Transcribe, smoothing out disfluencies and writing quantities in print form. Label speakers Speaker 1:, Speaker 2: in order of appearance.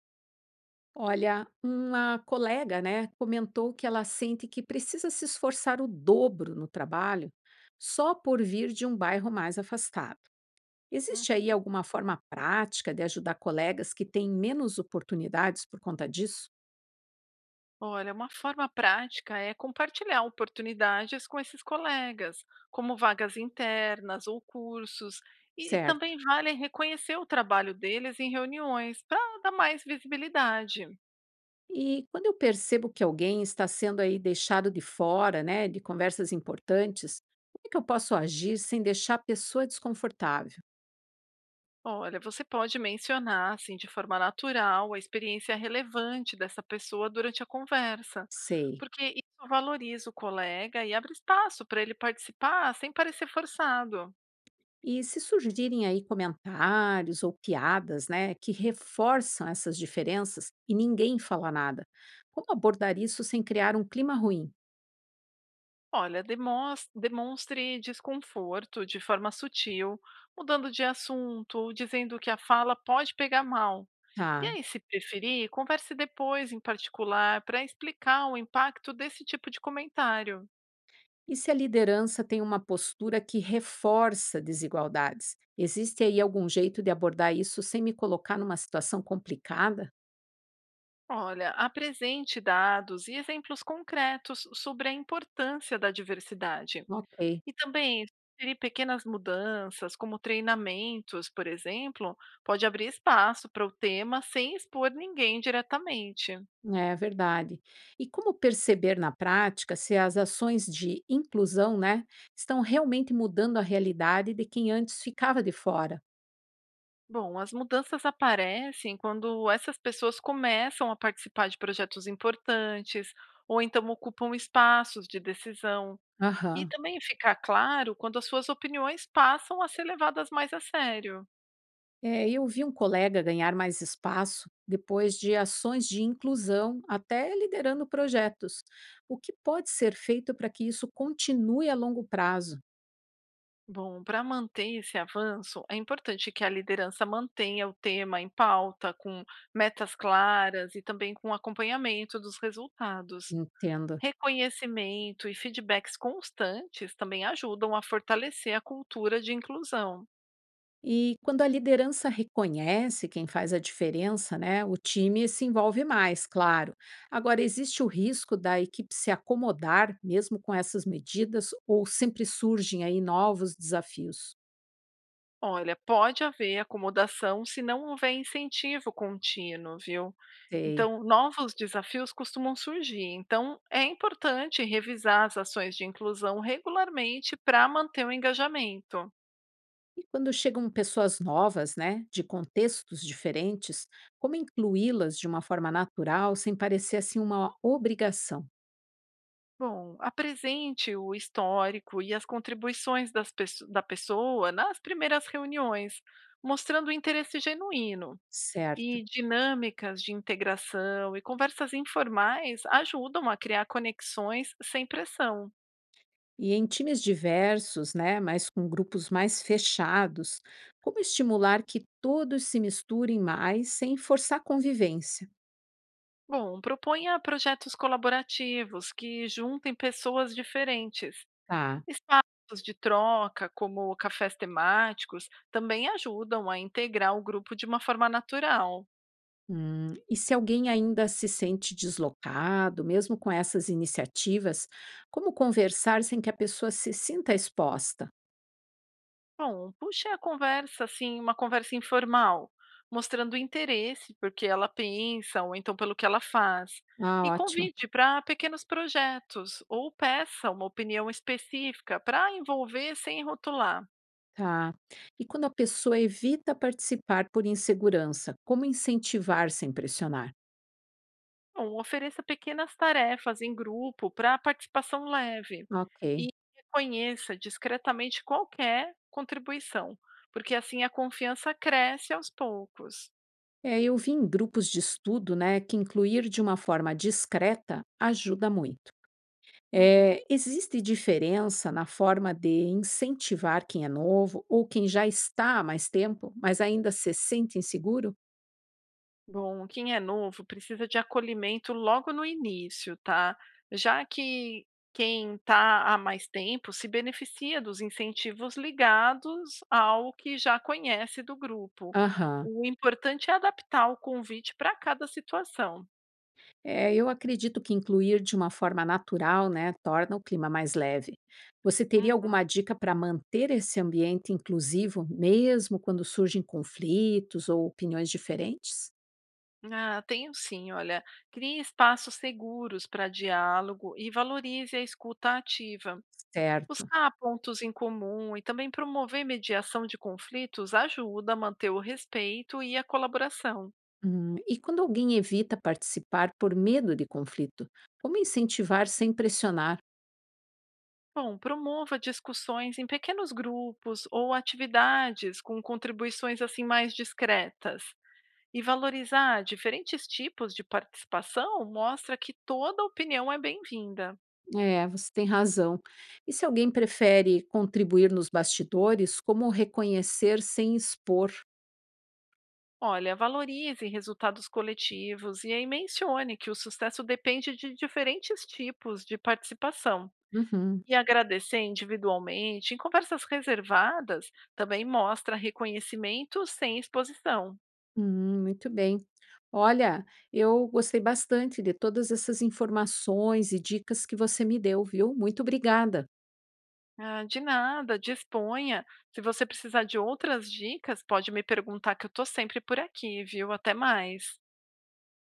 Speaker 1: Olha, uma colega, né, comentou que ela sente que precisa se esforçar o dobro no trabalho só por vir de um bairro mais afastado. Existe aí
Speaker 2: Uhum.
Speaker 1: alguma forma prática de ajudar colegas que têm menos oportunidades por conta disso?
Speaker 2: Olha, uma forma prática é compartilhar oportunidades com esses colegas, como vagas internas ou cursos, e
Speaker 1: Certo.
Speaker 2: também vale reconhecer o trabalho deles em reuniões para dar mais visibilidade.
Speaker 1: E quando eu percebo que alguém está sendo aí deixado de fora, né, de conversas importantes, como é que eu posso agir sem deixar a pessoa desconfortável?
Speaker 2: Olha, você pode mencionar, assim, de forma natural, a experiência relevante dessa pessoa durante a conversa,
Speaker 1: Sei.
Speaker 2: porque isso valoriza o colega e abre espaço para ele participar sem parecer forçado.
Speaker 1: E se surgirem aí comentários ou piadas, né, que reforçam essas diferenças e ninguém fala nada, como abordar isso sem criar um clima ruim?
Speaker 2: Olha, demonstre desconforto de forma sutil, mudando de assunto ou dizendo que a fala pode pegar mal. E
Speaker 1: Tá.
Speaker 2: aí, se preferir, converse depois em particular para explicar o impacto desse tipo de comentário.
Speaker 1: E se a liderança tem uma postura que reforça desigualdades? Existe aí algum jeito de abordar isso sem me colocar numa situação complicada?
Speaker 2: Olha, apresente dados e exemplos concretos sobre a importância da diversidade.
Speaker 1: Ok,
Speaker 2: E também sugerir pequenas mudanças, como treinamentos, por exemplo, pode abrir espaço para o tema sem expor ninguém diretamente.
Speaker 1: é verdade. E como perceber na prática se as ações de inclusão, né, estão realmente mudando a realidade de quem antes ficava de fora?
Speaker 2: Bom, as mudanças aparecem quando essas pessoas começam a participar de projetos importantes ou então ocupam espaços de decisão. E
Speaker 1: Aham.
Speaker 2: também ficar claro quando as suas opiniões passam a ser levadas mais a sério.
Speaker 1: É, eu vi um colega ganhar mais espaço depois de ações de inclusão, até liderando projetos. O que pode ser feito para que isso continue a longo prazo?
Speaker 2: Bom, para manter esse avanço, é importante que a liderança mantenha o tema em pauta, com metas claras e também com acompanhamento dos resultados.
Speaker 1: Entenda.
Speaker 2: Reconhecimento e feedbacks constantes também ajudam a fortalecer a cultura de inclusão.
Speaker 1: E quando a liderança reconhece quem faz a diferença, né, o time se envolve mais, claro. Agora, existe o risco da equipe se acomodar mesmo com essas medidas ou sempre surgem aí novos desafios?
Speaker 2: Olha, pode haver acomodação se não houver incentivo contínuo, viu?
Speaker 1: Sei.
Speaker 2: Então, novos desafios costumam surgir. Então, é importante revisar as ações de inclusão regularmente para manter o engajamento.
Speaker 1: E quando chegam pessoas novas, né, de contextos diferentes, como incluí-las de uma forma natural, sem parecer assim uma obrigação,
Speaker 2: Bom, apresente o histórico e as contribuições da pessoa nas primeiras reuniões, mostrando um interesse genuíno.
Speaker 1: certo?
Speaker 2: E dinâmicas de integração e conversas informais ajudam a criar conexões sem pressão.
Speaker 1: E em times diversos, né, mas com grupos mais fechados, como estimular que todos se misturem mais sem forçar a convivência?
Speaker 2: Bom, proponha projetos colaborativos que juntem pessoas diferentes.
Speaker 1: Tá.
Speaker 2: Espaços de troca, como cafés temáticos, também ajudam a integrar o grupo de uma forma natural.
Speaker 1: E se alguém ainda se sente deslocado, mesmo com essas iniciativas, como conversar sem que a pessoa se sinta exposta?
Speaker 2: Bom, puxe a conversa, assim, uma conversa informal, mostrando interesse porque ela pensa ou então pelo que ela faz,
Speaker 1: Ah,
Speaker 2: e
Speaker 1: ótimo.
Speaker 2: convide para pequenos projetos ou peça uma opinião específica para envolver sem rotular.
Speaker 1: Tá. E quando a pessoa evita participar por insegurança, como incentivar sem pressionar?
Speaker 2: Bom, ofereça pequenas tarefas em grupo para participação leve e
Speaker 1: Ok.
Speaker 2: reconheça discretamente qualquer contribuição, porque assim a confiança cresce aos poucos.
Speaker 1: É, eu vi em grupos de estudo, né, que incluir de uma forma discreta ajuda muito.
Speaker 2: Uhum.
Speaker 1: É, existe diferença na forma de incentivar quem é novo ou quem já está há mais tempo, mas ainda se sente inseguro?
Speaker 2: Bom, quem é novo precisa de acolhimento logo no início, tá? Já que quem está há mais tempo se beneficia dos incentivos ligados ao que já conhece do grupo.
Speaker 1: Aham.
Speaker 2: O importante é adaptar o convite para cada situação.
Speaker 1: É, eu acredito que incluir de uma forma natural, né, torna o clima mais leve. Você teria
Speaker 2: Uhum.
Speaker 1: alguma dica para manter esse ambiente inclusivo, mesmo quando surgem conflitos ou opiniões diferentes?
Speaker 2: Ah, tenho sim, olha. Crie espaços seguros para diálogo e valorize a escuta ativa.
Speaker 1: Certo.
Speaker 2: Buscar pontos em comum e também promover mediação de conflitos ajuda a manter o respeito e a colaboração.
Speaker 1: E quando alguém evita participar por medo de conflito, como incentivar sem pressionar?
Speaker 2: Bom, promova discussões em pequenos grupos ou atividades com contribuições assim mais discretas. E valorizar diferentes tipos de participação mostra que toda opinião é bem-vinda.
Speaker 1: É, você tem razão. E se alguém prefere contribuir nos bastidores, como reconhecer sem expor?
Speaker 2: Olha, valorize resultados coletivos e aí mencione que o sucesso depende de diferentes tipos de participação.
Speaker 1: Uhum.
Speaker 2: E agradecer individualmente em conversas reservadas também mostra reconhecimento sem exposição.
Speaker 1: Muito bem. Olha, eu gostei bastante de todas essas informações e dicas que você me deu, viu? Muito obrigada.
Speaker 2: Ah, de nada, disponha. Se você precisar de outras dicas, pode me perguntar que eu estou sempre por aqui, viu? Até mais.